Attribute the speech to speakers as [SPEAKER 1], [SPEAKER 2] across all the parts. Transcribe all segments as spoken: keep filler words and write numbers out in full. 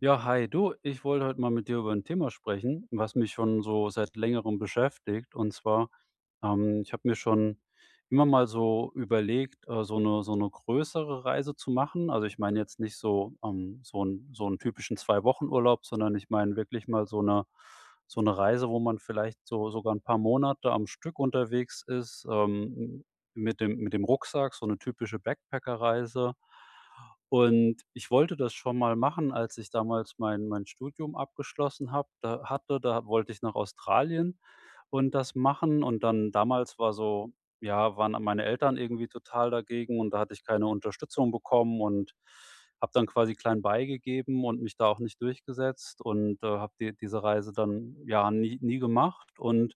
[SPEAKER 1] Ja, hi, du, ich wollte heute mal mit dir über ein Thema sprechen, was mich schon so seit Längerem beschäftigt. Und zwar, ähm, ich habe mir schon immer mal so überlegt, äh, so eine so eine größere Reise zu machen. Also, ich meine jetzt nicht so, ähm, so 'n so 'n typischen Zwei-Wochen-Urlaub, sondern ich meine wirklich mal so eine so eine Reise, wo man vielleicht so sogar ein paar Monate am Stück unterwegs ist, ähm, mit dem mit dem Rucksack, so eine typische Backpacker-Reise. Und ich wollte das schon mal machen, als ich damals mein mein Studium abgeschlossen habe da hatte, da wollte ich nach Australien und das machen. Und dann damals war so ja, waren meine Eltern irgendwie total dagegen und da hatte ich keine Unterstützung bekommen und habe dann quasi klein beigegeben und mich da auch nicht durchgesetzt und, äh, habe die diese Reise dann, ja, nie nie gemacht. Und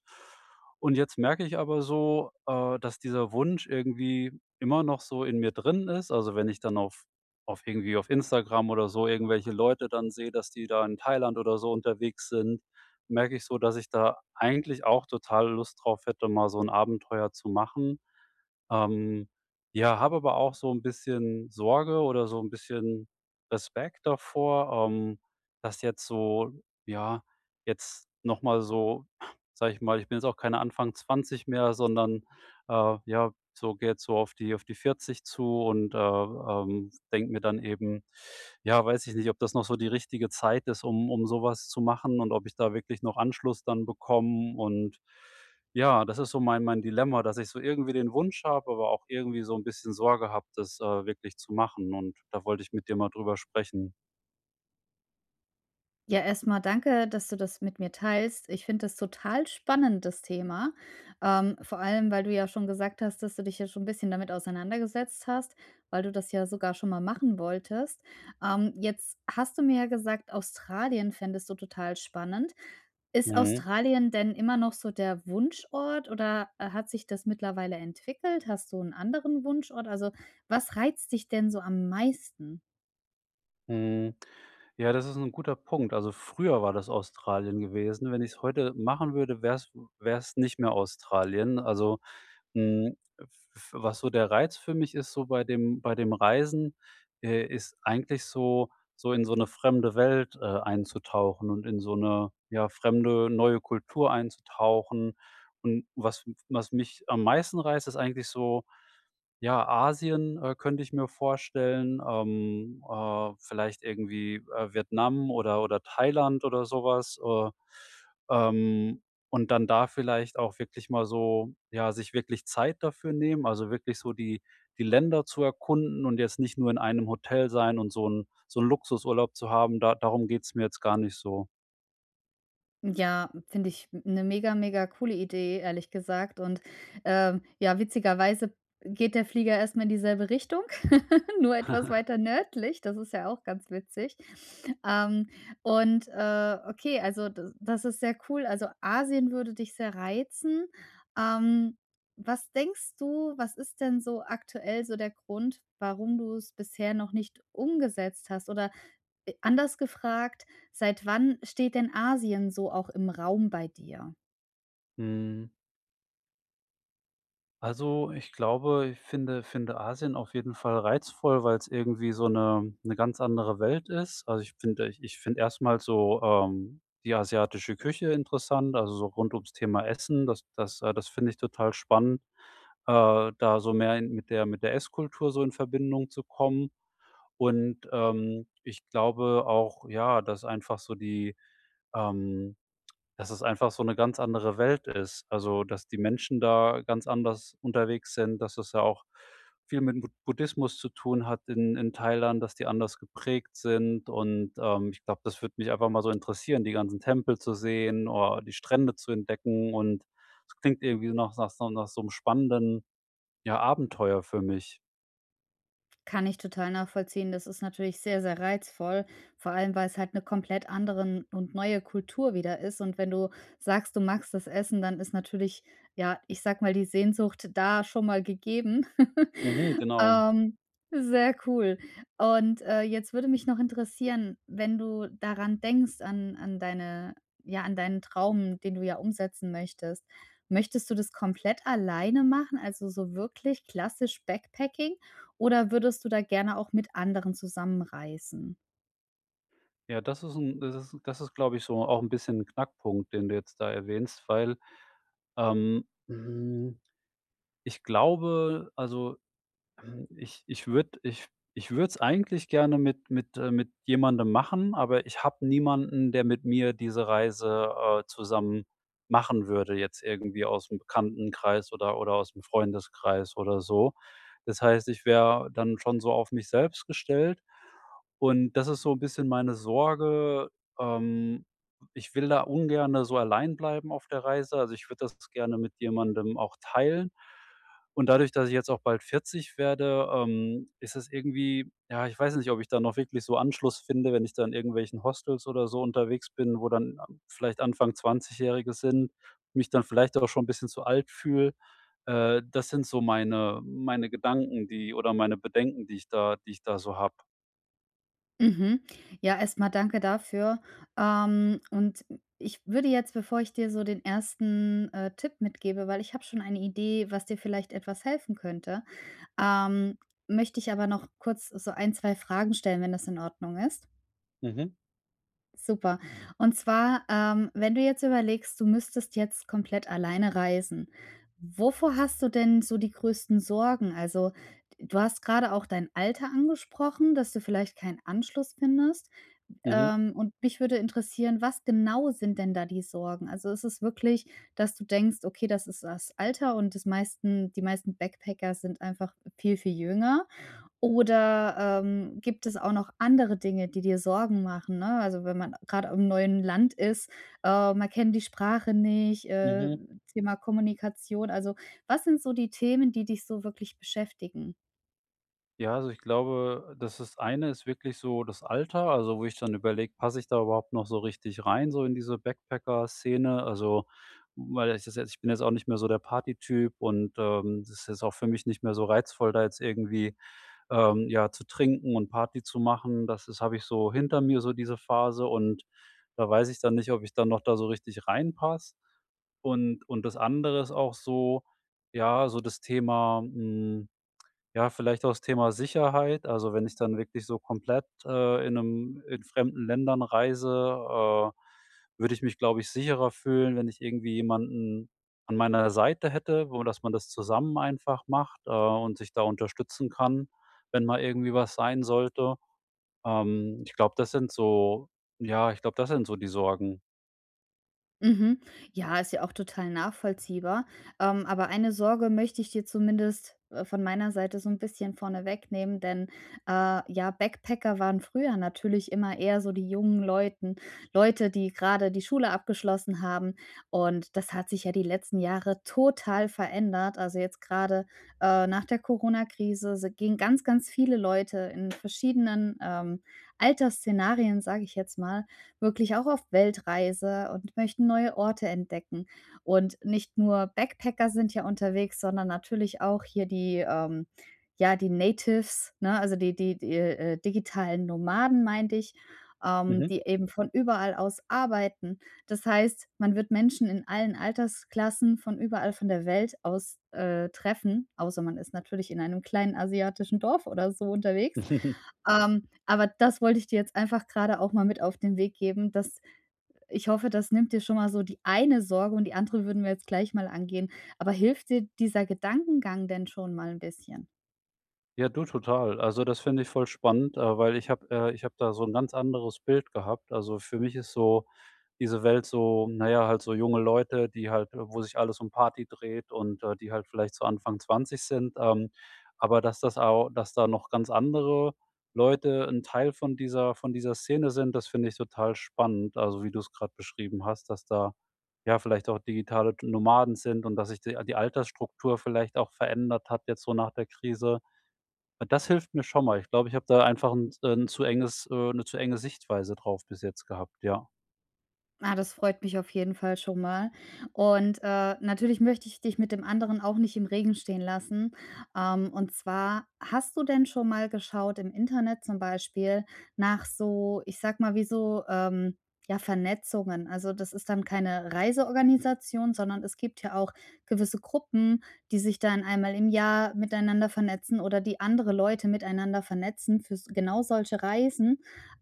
[SPEAKER 1] Und jetzt merke ich aber so, äh, dass dieser Wunsch irgendwie immer noch so in mir drin ist. Also, wenn ich dann auf auf irgendwie auf Instagram oder so irgendwelche Leute dann sehe, dass die da in Thailand oder so unterwegs sind, merke ich so, dass ich da eigentlich auch total Lust drauf hätte, mal so 'n Abenteuer zu machen. Ähm, ja, habe aber auch so ein bisschen Sorge oder so ein bisschen Respekt davor, ähm, dass jetzt so ja, jetzt noch mal so sage ich mal, ich bin jetzt auch keine Anfang zwanzig mehr, sondern, äh, ja, so gehe so auf die auf die vierzig zu und, äh, ähm, denke mir dann eben, ja, weiß ich nicht, ob das noch so die richtige Zeit ist, um um sowas zu machen und ob ich da wirklich noch Anschluss dann bekomme und ja, das ist so mein mein Dilemma, dass ich so irgendwie den Wunsch habe, aber auch irgendwie so ein bisschen Sorge habe, das, äh, wirklich zu machen und da wollte ich mit dir mal drüber sprechen.
[SPEAKER 2] Ja, erstmal danke, dass du das mit mir teilst. Ich finde das total spannend, das Thema. Ähm, vor allem, weil du ja schon gesagt hast, dass du dich ja schon ein bisschen damit auseinandergesetzt hast, weil du das ja sogar schon mal machen wolltest. Ähm, jetzt hast du mir ja gesagt, Australien fändest du total spannend. Ist
[SPEAKER 1] Mhm,
[SPEAKER 2] Australien denn immer noch so der Wunschort oder, äh, hat sich das mittlerweile entwickelt? Hast du einen anderen Wunschort? Also, was reizt dich denn so am meisten?
[SPEAKER 1] mhm. Ja, das ist ein guter Punkt. Also, früher war das Australien gewesen. Wenn ich es heute machen würde, wär's es nicht mehr Australien. Also Hm, w Was so der Reiz für mich ist so bei dem bei dem Reisen, äh, ist eigentlich so so in so eine fremde Welt, äh, einzutauchen und in so eine ja, fremde, neue Kultur einzutauchen. Und was was mich am meisten reizt, ist eigentlich so ja, Asien, äh, könnte ich mir vorstellen, ähm, äh, vielleicht irgendwie, äh, Vietnam oder oder Thailand oder sowas. äh, ähm, und dann da vielleicht auch wirklich mal so ja, sich wirklich Zeit dafür nehmen, also wirklich so die die Länder zu erkunden und jetzt nicht nur in einem Hotel sein und so ein so ein Luxusurlaub zu haben, da darum geht's mir jetzt gar nicht so.
[SPEAKER 2] Ja, finde ich eine mega, mega coole Idee, ehrlich gesagt. Und, ähm, ja, witzigerweise geht der Flieger erst mal in dieselbe Richtung, nur etwas weiter nördlich. Das ist ja auch ganz witzig. Ähm, und, äh, okay, also d das ist sehr cool. Also, Asien würde dich sehr reizen. Ähm, was denkst du, was ist denn so aktuell so der Grund, warum du es bisher noch nicht umgesetzt hast? Oder äh, anders gefragt, seit wann steht denn Asien so auch im Raum bei dir?
[SPEAKER 1] Mhm. Also, ich glaube, ich finde finde Asien auf jeden Fall reizvoll, weil es irgendwie so eine eine ganz andere Welt ist. Also, ich finde ich ich finde erstmal so, ähm, die asiatische Küche interessant, also so rund ums Thema Essen. Das das äh, das finde ich total spannend, äh, da so mehr in mit der mit der Esskultur so in Verbindung zu kommen. Und, ähm, ich glaube auch, ja, dass einfach so die, ähm dass es einfach so eine ganz andere Welt ist. Also, dass die Menschen da ganz anders unterwegs sind, dass es ja auch viel mit Bud Buddhismus zu tun hat in in Thailand, dass die anders geprägt sind und, ähm, ich glaube, das würde mich einfach mal so interessieren, die ganzen Tempel zu sehen oder die Strände zu entdecken und es klingt irgendwie nach nach so nach so 'nem spannenden, ja, Abenteuer für mich.
[SPEAKER 2] Kann ich total nachvollziehen. Das ist natürlich sehr, sehr reizvoll, vor allem, weil es halt eine komplett anderen und neue Kultur wieder ist. Und wenn du sagst, du magst das Essen, dann ist natürlich, ja, ich sag mal, die Sehnsucht da schon mal gegeben.
[SPEAKER 1] Mhm, genau.
[SPEAKER 2] Ähm, Sehr cool. Und, äh, jetzt würde mich noch interessieren, wenn du daran denkst, an an deine ja, an deinen Traum, den du ja umsetzen möchtest. Möchtest du das komplett alleine machen, also so wirklich klassisch Backpacking, oder würdest du da gerne auch mit anderen zusammenreisen?
[SPEAKER 1] Ja, das ist 'n das ist das ist, glaube ich, so auch ein bisschen 'n Knackpunkt, den du jetzt da erwähnst, weil, ähm, hm Ich glaube, also, hm, ich ich würde ich ich würde es eigentlich gerne mit mit äh, mit jemandem machen, aber ich habe niemanden, der mit mir diese Reise, äh, zusammen machen würde, jetzt irgendwie aus dem Bekanntenkreis oder oder aus dem Freundeskreis oder so. Das heißt, ich wäre dann schon so auf mich selbst gestellt und das ist so ein bisschen meine Sorge. Ähm, ich will da ungern so allein bleiben auf der Reise. Also, ich würde das gerne mit jemandem auch teilen. Und dadurch, dass ich jetzt auch bald vierzig werde, ähm, ist es irgendwie ja, ich weiß nicht, ob ich da noch wirklich so Anschluss finde, wenn ich da in irgendwelchen Hostels oder so unterwegs bin, wo dann a vielleicht Anfang zwanzig-Jährige sind, mich dann vielleicht auch schon ein bisschen zu alt fühle. Äh, das sind so meine meine Gedanken, die oder meine Bedenken, die ich da die ich da so habe.
[SPEAKER 2] Mhm. Ja, erstmal danke dafür. Ähm, und ich würde jetzt, bevor ich dir so den ersten, äh, Tipp mitgebe, weil ich habe schon eine Idee, was dir vielleicht etwas helfen könnte. Ähm, möchte ich aber noch kurz so ein zwei Fragen stellen, wenn das in Ordnung ist?
[SPEAKER 1] Mhm,
[SPEAKER 2] Super. Und zwar, ähm, wenn du jetzt überlegst, du müsstest jetzt komplett alleine reisen. Wovor hast du denn so die größten Sorgen? Also, du hast gerade auch dein Alter angesprochen, dass du vielleicht keinen Anschluss findest.
[SPEAKER 1] mhm,
[SPEAKER 2] Ähm, und mich würde interessieren, was genau sind denn da die Sorgen? Also, ist es wirklich, dass du denkst: „Okay, das ist das Alter und das meisten die meisten Backpacker sind einfach viel, viel jünger?“ oder, ähm, gibt es auch noch andere Dinge, die dir Sorgen machen, ne? Also, wenn man gerade im neuen Land ist, äh, man kennt die Sprache nicht, äh,
[SPEAKER 1] mhm.
[SPEAKER 2] Thema Kommunikation. Also, was sind so die Themen, die dich so wirklich beschäftigen?
[SPEAKER 1] Ja, also ich glaube, das ist eine ist wirklich so das Alter, also wo ich dann überlege, passe ich da überhaupt noch so richtig rein, so in diese Backpacker-Szene? Also, weil ich das jetzt ich bin jetzt auch nicht mehr so der Partytyp und, ähm, das ist jetzt auch für mich nicht mehr so reizvoll, da jetzt irgendwie, ähm, ja, zu trinken und Party zu machen. Das ist habe ich so hinter mir, so diese Phase und da weiß ich dann nicht, ob ich dann noch da so richtig reinpasse. Und und das andere ist auch so, ja, so das Thema, hm ja, vielleicht auch das Thema Sicherheit. Also, wenn ich dann wirklich so komplett, äh, in einem in fremden Ländern reise, äh, würde ich mich, glaube ich, sicherer fühlen, wenn ich irgendwie jemanden an meiner Seite hätte, wo dass man das zusammen einfach macht, äh, und sich da unterstützen kann, wenn mal irgendwie was sein sollte. Ähm, ich glaube, das sind so ja, ich glaube, das sind so die Sorgen.
[SPEAKER 2] Mhm. Ja, ist ja auch total nachvollziehbar. Ähm, aber eine Sorge möchte ich dir zumindest äh, von meiner Seite so ein bisschen vorne wegnehmen, denn, äh, ja, Backpacker waren früher natürlich immer eher so die jungen Leuten Leute, die gerade die Schule abgeschlossen haben. Und das hat sich ja die letzten Jahre total verändert. Also, jetzt gerade äh, nach der Corona-Krise si gehen ganz, ganz viele Leute in verschiedenen, ähm, Altersszenarien, sage ich jetzt mal, wirklich auch auf Weltreise und möchten neue Orte entdecken. Und nicht nur Backpacker sind ja unterwegs, sondern natürlich auch hier die, ähm, ja, die Natives, ne, also die die die, äh, digitalen Nomaden, meinte ich, ähm,
[SPEAKER 1] Mhm.
[SPEAKER 2] die eben von überall aus arbeiten. Das heißt, man wird Menschen in allen Altersklassen von überall von der Welt aus, äh, treffen, außer man ist natürlich in einem kleinen asiatischen Dorf oder so unterwegs. Ähm, aber das wollte ich dir jetzt einfach gerade auch mal mit auf den Weg geben, dass ich hoffe, das nimmt dir schon mal so die eine Sorge und die andere würden wir jetzt gleich mal angehen. Aber hilft dir dieser Gedankengang denn schon mal ein bisschen?
[SPEAKER 1] Ja, du, total. Also, das finde ich voll spannend, äh, weil ich habe äh, ich habe da so ein ganz anderes Bild gehabt. Also, für mich ist so diese Welt so naja, halt so junge Leute, die halt äh, wo sich alles um Party dreht und, äh, die halt vielleicht so Anfang zwanzig sind. Ähm, aber dass das auch, dass da noch ganz andere Leute ein Teil von dieser von dieser Szene sind, das finde ich total spannend. Also, wie du es gerade beschrieben hast, dass da, ja, vielleicht auch digitale Nomaden sind und dass sich die die Altersstruktur vielleicht auch verändert hat jetzt so nach der Krise. Das hilft mir schon mal. Ich glaube, ich habe da einfach 'n äh, 'n zu enges äh, 'ne zu enge Sichtweise drauf bis jetzt gehabt, ja.
[SPEAKER 2] Ah, das freut mich auf jeden Fall schon mal. Und, äh, natürlich möchte ich dich mit dem anderen auch nicht im Regen stehen lassen. Ähm, und zwar, hast du denn schon mal geschaut im Internet zum Beispiel nach so, ich sag mal, wie so, ähm, ja, Vernetzungen? Also, das ist dann keine Reiseorganisation, sondern es gibt ja auch gewisse Gruppen, die sich dann einmal im Jahr miteinander vernetzen oder die andere Leute miteinander vernetzen für s genau solche Reisen,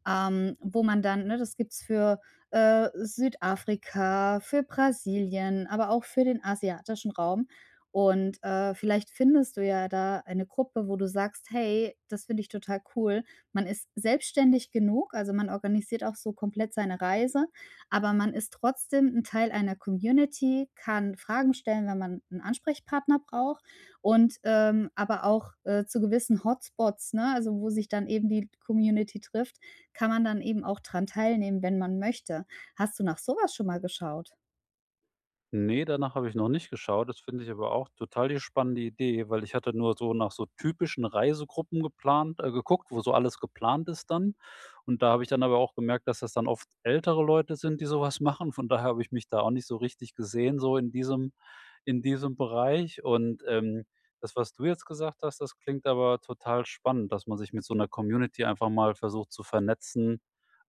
[SPEAKER 2] ähm, wo man dann, ne, das gibt's für äh, Südafrika, für Brasilien, aber auch für den asiatischen Raum. Und, äh, vielleicht findest du ja da eine Gruppe, wo du sagst: „Hey, das finde ich total cool.“ Man ist selbstständig genug, also, man organisiert auch so komplett seine Reise, aber man ist trotzdem ein Teil einer Community, kann Fragen stellen, wenn man einen Ansprechpartner braucht und, ähm, aber auch, äh, zu gewissen Hotspots, ne, also, wo sich dann eben die Community trifft, kann man dann eben auch dran teilnehmen, wenn man möchte. Hast du nach sowas schon mal geschaut?
[SPEAKER 1] Ne, danach habe ich noch nicht geschaut. Das finde ich aber auch total die spannende Idee, weil ich hatte nur so nach so typischen Reisegruppen geplant äh, geguckt, wo so alles geplant ist dann. Und da habe ich dann aber auch gemerkt, dass das dann oft ältere Leute sind, die so was machen. Von daher habe ich mich da auch nicht so richtig gesehen, so in diesem in diesem Bereich. Und, ähm, das, was du jetzt gesagt hast, das klingt aber total spannend, dass man sich mit so einer Community einfach mal versucht zu vernetzen,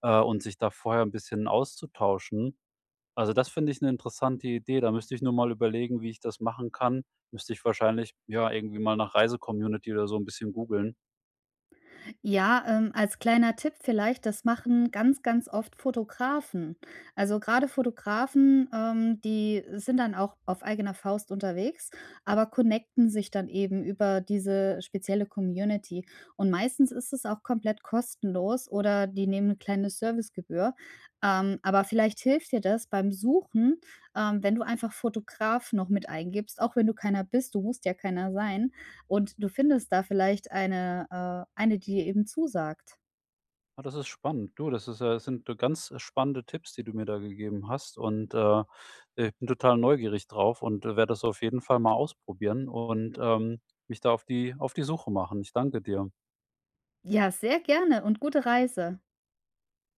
[SPEAKER 1] äh, und sich da vorher ein bisschen auszutauschen. Also, das finde ich 'ne interessante Idee. Da müsste ich nur mal überlegen, wie ich das machen kann. Müsste ich wahrscheinlich, ja, irgendwie mal nach Reise-Community oder so 'n bisschen googeln.
[SPEAKER 2] Ja, ähm, als kleiner Tipp vielleicht, das machen ganz, ganz oft Fotografen. Also, gerade Fotografen, ähm, die sind dann auch auf eigener Faust unterwegs, aber connecten sich dann eben über diese spezielle Community. Und meistens ist es auch komplett kostenlos oder die nehmen eine kleine Servicegebühr. Ähm, aber vielleicht hilft dir das beim Suchen, ähm, wenn du einfach Fotograf noch mit eingibst, auch wenn du keiner bist, du musst ja keiner sein. Und du findest da vielleicht eine äh, eine, die dir eben zusagt.
[SPEAKER 1] Ah, das ist spannend. Du, das ist ja das sind, äh, ganz spannende Tipps, die du mir da gegeben hast und, äh, ich bin total neugierig drauf und äh, werde das auf jeden Fall mal ausprobieren und, ähm, mich da auf die auf die Suche machen. Ich danke dir.
[SPEAKER 2] Ja, sehr gerne und gute Reise.